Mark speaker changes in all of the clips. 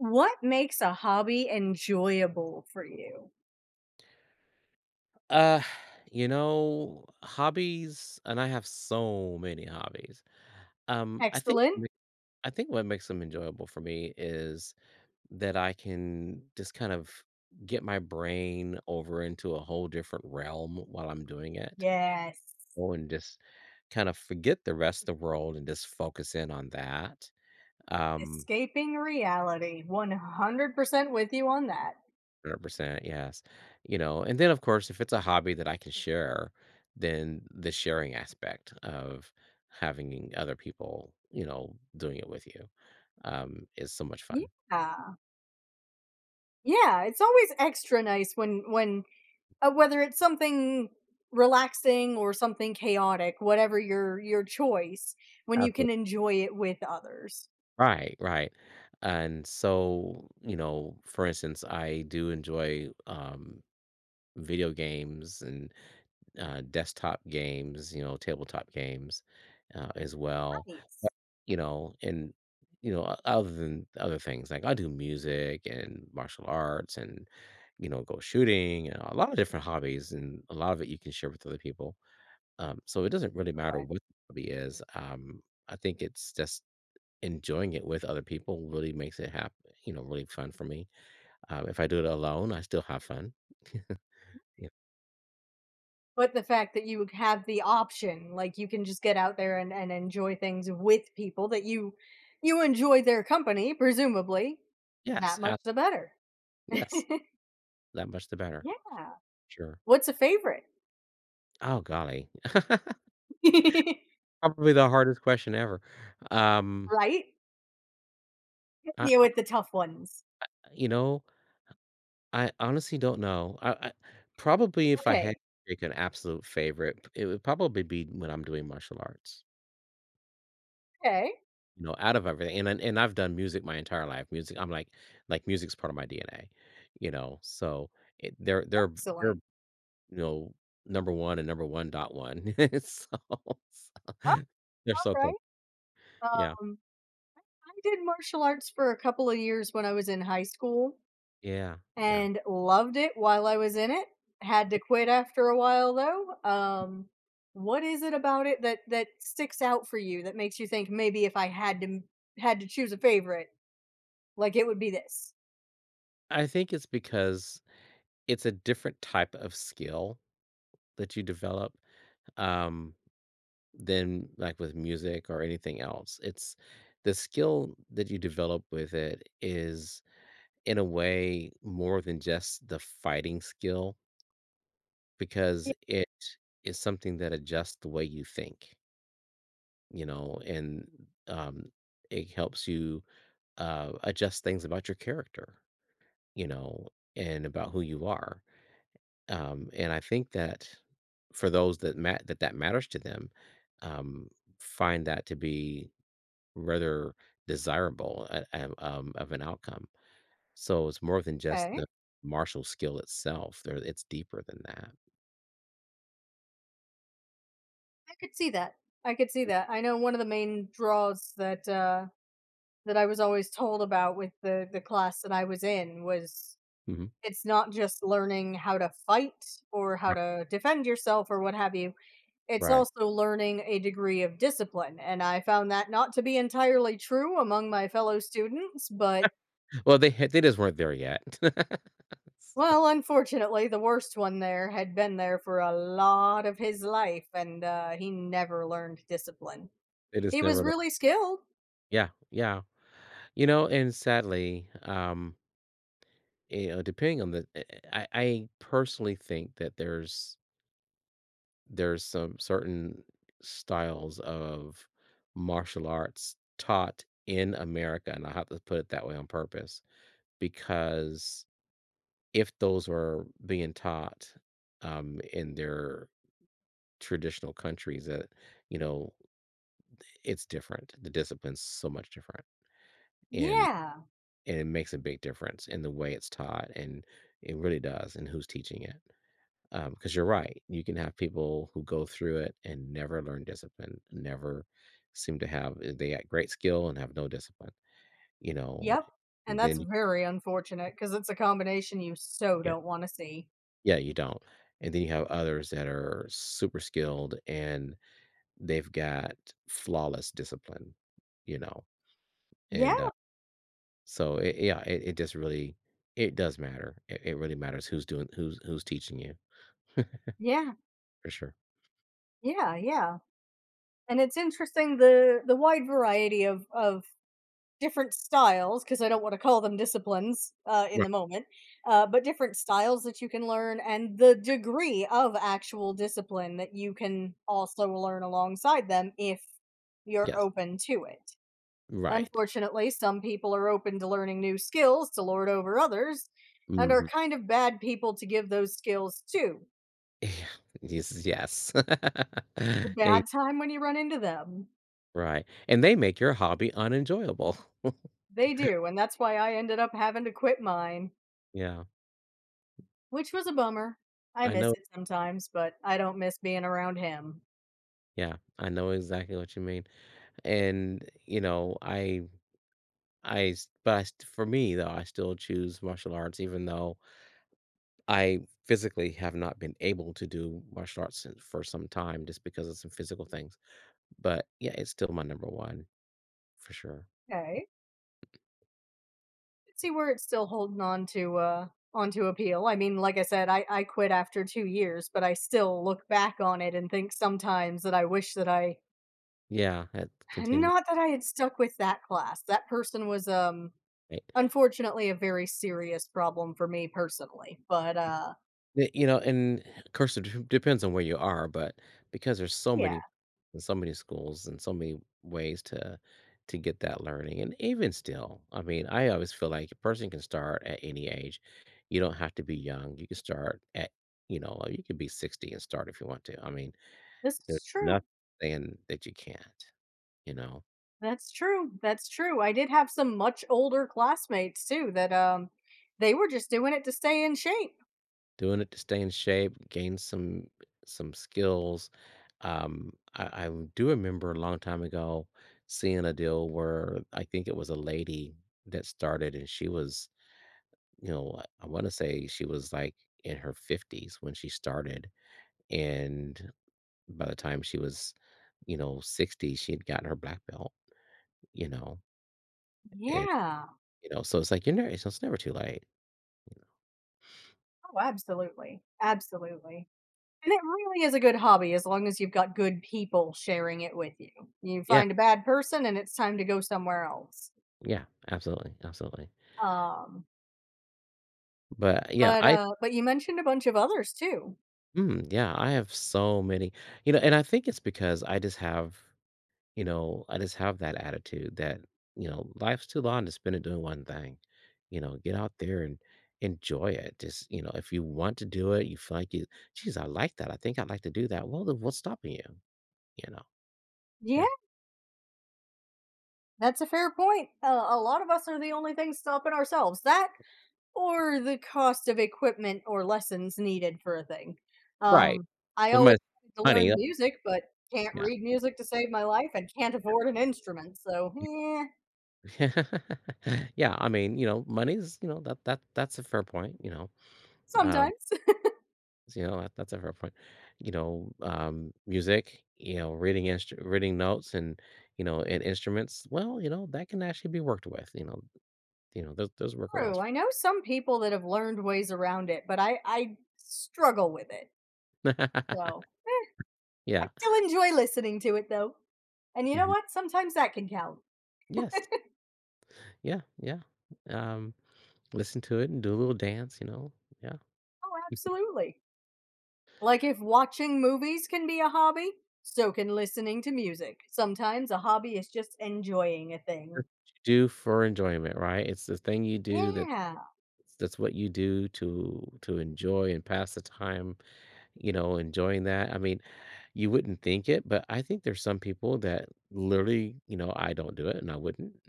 Speaker 1: What makes a hobby enjoyable for you?
Speaker 2: Uh, you know, hobbies, and I have so many hobbies. Um, I think
Speaker 1: Excellent.
Speaker 2: mi- I think what makes them enjoyable for me is that I can just kind of get my brain over into a whole different realm while I'm doing it,
Speaker 1: Yes.
Speaker 2: oh, and just kind of forget the rest of the world and just focus in on that. Um,
Speaker 1: Escaping reality. 100% with you on that.
Speaker 2: 100%, yes. You know, and then, of course, if it's a hobby that I can share, then the sharing aspect of having other people, doing it with you, is so much fun.
Speaker 1: Yeah. Yeah, it's always extra nice when whether it's something relaxing or something chaotic, whatever your choice, when you can
Speaker 2: Absolutely.
Speaker 1: enjoy it with others.
Speaker 2: Right, right. And so, you know, for instance, I do enjoy video games and desktop games, you know, tabletop games, as well,
Speaker 1: Nice.
Speaker 2: but, you know, and, you know, o other than other things, like, I do music and martial arts and, you know, go shooting and a lot of different hobbies, and a lot of it you can share with other people, so it doesn't really matter what the hobby is, I think it's just enjoying it with other people really makes it hap you know, really fun for me, if I do it alone, I still have fun. Yeah.
Speaker 1: But the fact that you have the option, like, you can just get out there and enjoy things with people that you enjoy their company, presumably,
Speaker 2: Yes,
Speaker 1: that much
Speaker 2: ab
Speaker 1: the better.
Speaker 2: yes, that much the better,
Speaker 1: Yeah.
Speaker 2: sure.
Speaker 1: What's a favorite?
Speaker 2: Oh, golly. Probably the hardest question ever. Um,
Speaker 1: Right? Hit
Speaker 2: I
Speaker 1: me
Speaker 2: I-
Speaker 1: with the tough ones.
Speaker 2: you know, I honestly don't know. I probably if I had to
Speaker 1: Okay,
Speaker 2: pick an absolute favorite, it would probably be when I'm doing martial arts.
Speaker 1: okay,
Speaker 2: You know, out of everything, and then and I've done music my entire life. Music I'm like, music's part of my DNA, you know, so, it they're
Speaker 1: excellent.
Speaker 2: you know, number 1 and number 1.1. So so they're so
Speaker 1: Alright,
Speaker 2: close. Yeah.
Speaker 1: um, I did martial arts for a couple of years when I was in high school,
Speaker 2: Yeah, yeah.
Speaker 1: and loved it while I was in it. Had to quit after a while though. What is it about it that sticks out for you that makes you think maybe if I had to choose a favorite, like it would be this?
Speaker 2: I think it's because it's a different type of skill that you develop, um, than, like, with music or anything else. It's the skill that you develop with it is in a way more than just the fighting skill
Speaker 1: Yeah.
Speaker 2: because it is something that adjusts the way you think, you know and um it helps you adjust things about your character, you know, and about who you are. And I think that for those that mat that that matters to them, um find that to be rather desirable, of an outcome. So it's more than just
Speaker 1: Okay,
Speaker 2: the martial skill itself. There it's deeper than that.
Speaker 1: I could see that. I could see that. I know one of the main draws, that I was always told about with the class that I was in, was
Speaker 2: Mhm.
Speaker 1: it's not just learning how to fight or how
Speaker 2: Ri
Speaker 1: to defend yourself or what have you. It's
Speaker 2: Right.
Speaker 1: also learning a degree of discipline, and I found that not to be entirely true among my fellow students, but
Speaker 2: Well, they had they just weren't there yet. So
Speaker 1: well, unfortunately, the worst one there had been there for a lot of his life, and he never learned discipline.
Speaker 2: they
Speaker 1: He
Speaker 2: just never
Speaker 1: was
Speaker 2: learn.
Speaker 1: really skilled.
Speaker 2: Yeah, yeah. You know, and sadly, you know, depending on I personally think that there's some certain styles of martial arts taught in America, and I have to put it that way on purpose because if those were being taught in their traditional countries that, you know, it's different, the discipline's so much different, and
Speaker 1: Yeah.
Speaker 2: and it makes a big difference in the way it's taught, and it really does, and who's teaching it, because you're right, you can have people who go through it and never learn discipline, never seem to have they got great skill and have no discipline, you know.
Speaker 1: Yep. And that's
Speaker 2: then you-
Speaker 1: very unfortunate because it's a combination you so
Speaker 2: yeah.
Speaker 1: don't want to see.
Speaker 2: Yeah, you don't. And then you have others that are super skilled and they've got flawless discipline, you know, and,
Speaker 1: Yeah.
Speaker 2: so it, yeah, it just really it does matter. It really matters who's who's teaching you.
Speaker 1: Yeah.
Speaker 2: For sure.
Speaker 1: Yeah. Yeah. And it's interesting, the wide variety of different styles, because I don't wanna call them disciplines, in
Speaker 2: Right.
Speaker 1: the moment, but different styles that you can learn and the degree of actual discipline that you can also learn alongside them if you're
Speaker 2: Yes.
Speaker 1: open to it.
Speaker 2: Right.
Speaker 1: Unfortunately, some people are open to learning new skills to lord over others and are
Speaker 2: Mhm.
Speaker 1: kind of bad people to give those skills to.
Speaker 2: Yes, yes.
Speaker 1: It's a
Speaker 2: E
Speaker 1: bad time when you run into them.
Speaker 2: Right, and they make your hobby unenjoyable.
Speaker 1: They do, and that's why I ended up having to quit mine.
Speaker 2: Yeah,
Speaker 1: Which was a bummer. I
Speaker 2: I
Speaker 1: miss
Speaker 2: know
Speaker 1: it sometimes, but I don't miss being around him.
Speaker 2: yeah, I know exactly what you mean, and, you know, I s for me, though, I still choose martial arts even though I physically have not been able to do martial arts since for some time just because of some physical things, but yeah, it's still my number 1 for sure.
Speaker 1: Okay. See where it's still holding on to onto appeal. I mean, like I said, I quit after 2 years, but I still look back on it and think sometimes that I wish that I,
Speaker 2: Yeah, it continues.
Speaker 1: not that I had stuck with that class. That person was
Speaker 2: Right.
Speaker 1: unfortunately a very serious problem for me personally. But
Speaker 2: Y You know, and of course, it d depends on where you are, but because there's so
Speaker 1: yeah,
Speaker 2: many and so many schools and so many ways to get that learning, and even still, I mean, I always feel like a person can start at any age. You don't have to be young, you can start at, you know, you could be 60 and start if you want to, I mean
Speaker 1: this
Speaker 2: there's
Speaker 1: is true.
Speaker 2: nothing saying that you can't, you know?
Speaker 1: That's true, that's true. I did have some much older classmates too that, they were just doing it to stay in shape.
Speaker 2: Doing it to stay in shape, gain some skills. I do remember a long time ago seeing a deal where I think it was a lady that started and she was, you know, I wanna say she was, like, in her 50s when she started, and by the time she was, you know, 60, she had gotten her black belt, you know? And,
Speaker 1: Yeah.
Speaker 2: you know, so it's like, you're never, it's never too late.
Speaker 1: Oh, absolutely, absolutely. And it really is a good hobby as long as you've got good people sharing it with you. You
Speaker 2: Yeah.
Speaker 1: find a bad person and it's time to go somewhere else.
Speaker 2: Yeah, absolutely, absolutely.
Speaker 1: Um,
Speaker 2: But yeah,
Speaker 1: but,
Speaker 2: I
Speaker 1: uh, but you mentioned a bunch of others too.
Speaker 2: mm, yeah, I have so many, you know, and I think it's because I just have, you know, I just have that attitude that, you know, life's too long to spend it doing one thing. You know, get out there and enjoy it. Just, you know, if you want to do it, you feel like you, geez, I like that. I think I'd like to do that. Well, then what's stopping you? You know,
Speaker 1: Yeah,
Speaker 2: yeah.
Speaker 1: that's a fair point. A lot of us are the only thing stopping ourselves. That Or the cost of equipment or lessons needed for a thing.
Speaker 2: Right.
Speaker 1: Um, I
Speaker 2: The
Speaker 1: always
Speaker 2: mon-
Speaker 1: wanted to
Speaker 2: money.
Speaker 1: learn music, but can't
Speaker 2: Yeah.
Speaker 1: read music to save my life and can't afford an instrument, so,
Speaker 2: Yeah. I mean, you know, money's, you know, that's a fair point, you know. uh,
Speaker 1: sometimes.
Speaker 2: So, you know, that that's a fair point. You know, music, you know, reading notes and, you know, and instruments, well, you know, that can actually be worked with, you know, you know, those workarounds.
Speaker 1: True, I know some people that have learned ways around it, but I struggle with it, so, I
Speaker 2: Yeah.
Speaker 1: still enjoy listening to it, though. And you know
Speaker 2: Mhm.
Speaker 1: what? Sometimes that can count.
Speaker 2: Yes. Yeah, yeah. Um, Listen to it and do a little dance, you know? Yeah.
Speaker 1: Oh, absolutely. Like if watching movies can be a hobby, so can listening to music. Sometimes a hobby is just enjoying a thing.
Speaker 2: What do for enjoyment, right? It's the thing you do that
Speaker 1: Yeah.
Speaker 2: that's what you do to enjoy and pass the time, you know, enjoying that. I mean, you wouldn't think it, but I think there's some people that literally, you know, I don't do it and I wouldn't,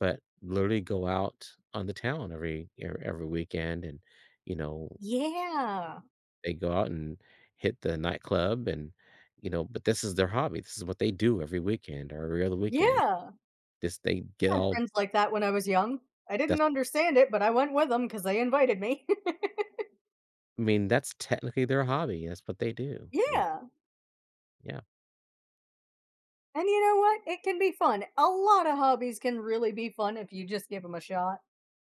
Speaker 2: but literally go out on the town every weekend and, you know,
Speaker 1: Yeah.
Speaker 2: they go out and hit the nightclub and, you know, but this is their hobby. This is what they do every weekend or every other weekend.
Speaker 1: Yeah. I
Speaker 2: This they get
Speaker 1: had
Speaker 2: all
Speaker 1: friends like that when I was young. I didn't
Speaker 2: that's
Speaker 1: understand it, but I went with them because they invited me.
Speaker 2: I mean, that's technically their hobby. That's what they do, you know.
Speaker 1: Yeah.
Speaker 2: Yeah.
Speaker 1: And you know what? It can be fun. A lot of hobbies can really be fun if you just give them a shot.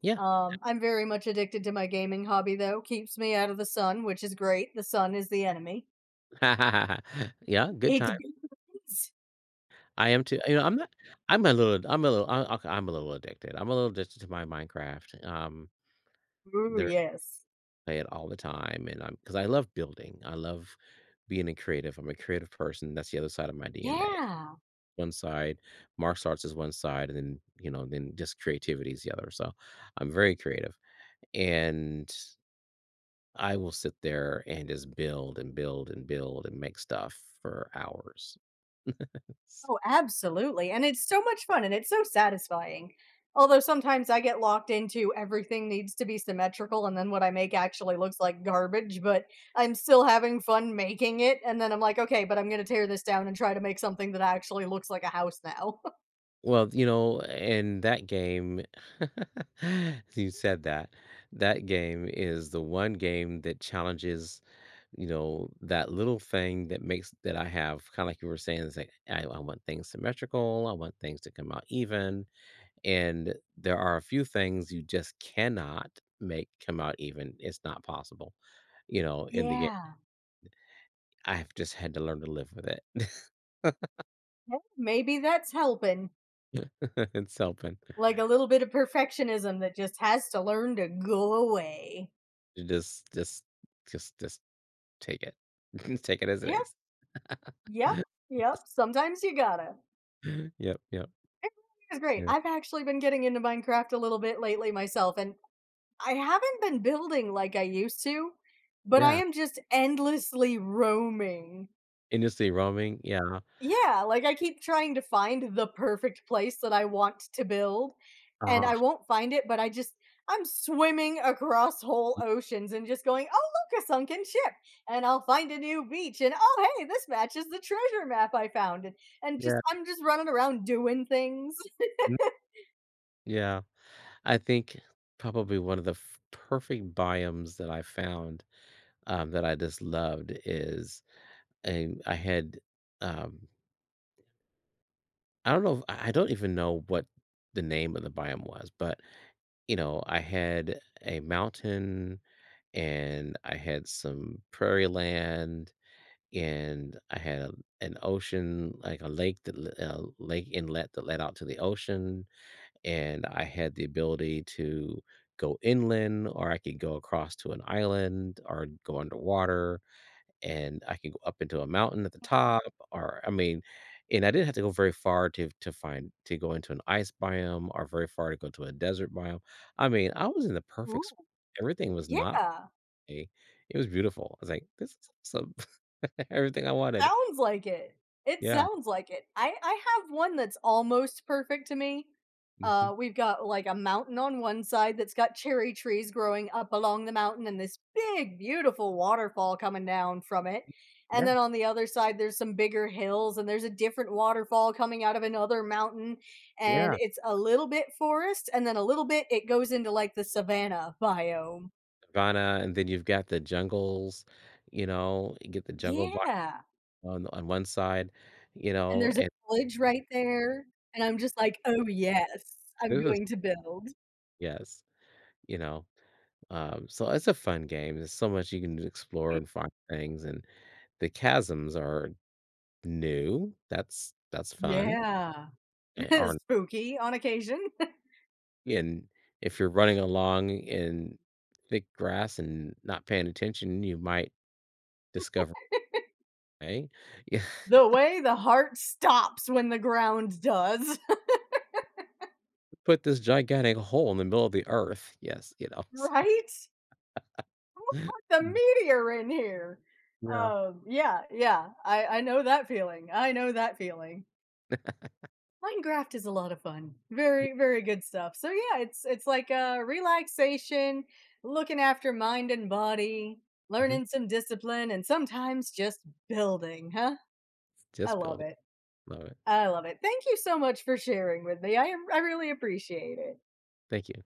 Speaker 2: Yeah.
Speaker 1: I'm very much addicted to my gaming hobby, though. Keeps me out of the sun, which is great. The sun is the enemy.
Speaker 2: Yeah, good
Speaker 1: It
Speaker 2: time.
Speaker 1: burns.
Speaker 2: I am too, you know, I'm not I'm a little I'm a little I okay, I'm a little addicted. I'm a little addicted to my Minecraft.
Speaker 1: Ooh,
Speaker 2: There
Speaker 1: yes.
Speaker 2: I play it all the time, and I'm am because I love building. I love being a creative. I'm a creative person. That's the other side of my DNA.
Speaker 1: Yeah.
Speaker 2: One side, martial arts is one side, and then, you know, then just creativity is the other. So, I'm very creative, and I will sit there and just build and build and build and make stuff for hours.
Speaker 1: Oh, absolutely, and it's so much fun, and it's so satisfying. Although sometimes I get locked into everything needs to be symmetrical, and then what I make actually looks like garbage, but I'm still having fun making it, and then I'm like, "Okay, but I'm gonna tear this down and try to make something that actually looks like a house now."
Speaker 2: Well, you know, in that game you said that. That game is the one game that challenges, you know, that little thing that makes that I have, kinda like you were saying, is like, I want things symmetrical, I want things to come out even, and there are a few things you just cannot make come out even, it's not possible, you know, in the game.
Speaker 1: Yeah.
Speaker 2: I've just had to learn to live with it.
Speaker 1: Yeah, maybe that's helping,
Speaker 2: It's helping.
Speaker 1: like a little bit of perfectionism that just has to learn to go away.
Speaker 2: Just just just Take it. Take it as it
Speaker 1: Yep.
Speaker 2: is.
Speaker 1: Yep, yep,
Speaker 2: Yes.
Speaker 1: sometimes you gotta.
Speaker 2: Yep, yep,
Speaker 1: It really is great.
Speaker 2: yep.
Speaker 1: I've actually been getting into Minecraft a little bit lately myself, and I haven't been building like I used to, but I
Speaker 2: Yeah,
Speaker 1: am just endlessly roaming.
Speaker 2: industry roaming, yeah.
Speaker 1: Yeah, like I keep trying to find the perfect place that I want to build, and
Speaker 2: Ah,
Speaker 1: I won't find it, but I just, I'm swimming across whole oceans and just going, oh, look, a sunken ship. And I'll find a new beach. And oh, hey, this matches the treasure map I found. And just,
Speaker 2: yeah,
Speaker 1: I'm just running around doing things.
Speaker 2: mm, yeah. I think probably one of the f perfect biomes that I found, that I just loved is and I had, um I don't even know what the name of the biome was, but, you know, I had a mountain, and I had some prairie land and an ocean, like a lake that lake inlet that led out to the ocean, and I had the ability to go inland, or I could go across to an island, or go underwater, and I could go up into a mountain at the top, or I mean, and I didn't have to go very far to go into an ice biome, or very far to go to a desert biome. I mean, I was in the perfect
Speaker 1: Ooh,
Speaker 2: spot. Everything was not
Speaker 1: yeah.
Speaker 2: a. It was beautiful. I was like, this is awesome. Everything I wanted.
Speaker 1: Sounds like it. It
Speaker 2: Yeah,
Speaker 1: sounds like it. I have one that's almost perfect to me.
Speaker 2: mhm,
Speaker 1: We've got like a mountain on one side that's got cherry trees growing up along the mountain and this big, beautiful waterfall coming down from it. And then
Speaker 2: yeah,
Speaker 1: on the other side, there's some bigger hills and there's a different waterfall coming out of another mountain. And
Speaker 2: yeah,
Speaker 1: it's a little bit forest and then a little bit it goes into like the savanna biome.
Speaker 2: Savannah, and then you've got the jungles, you know, you get the jungle box
Speaker 1: Yeah.
Speaker 2: on one side, you
Speaker 1: And
Speaker 2: know,
Speaker 1: there's a
Speaker 2: and
Speaker 1: village right there, and I'm just like, "Oh, yes, I'm
Speaker 2: this is
Speaker 1: going to build."
Speaker 2: yes, you know, so it's a fun game, there's so much you can explore and find things, and the chasms are new, that's fun,
Speaker 1: Yeah.
Speaker 2: and are
Speaker 1: Spooky on occasion.
Speaker 2: and if you're running along in thick grass and not paying attention, you might discover a way.
Speaker 1: The way the heart stops when the ground does,
Speaker 2: Put this gigantic hole in the middle of the earth. Yes, you know, so,
Speaker 1: right? The meteor in here.
Speaker 2: yeah.
Speaker 1: Yeah, yeah, I know that feeling, I know that feeling. Minecraft is a lot of fun.
Speaker 2: Yeah,
Speaker 1: Very, very good stuff. So yeah, it's like a relaxation, looking after mind and body,
Speaker 2: mhm.
Speaker 1: learning some discipline, and sometimes just building, huh? I
Speaker 2: Just
Speaker 1: love
Speaker 2: build it.
Speaker 1: it.
Speaker 2: Love it.
Speaker 1: I love it. Thank you so much for sharing with me. I really appreciate it.
Speaker 2: Thank you.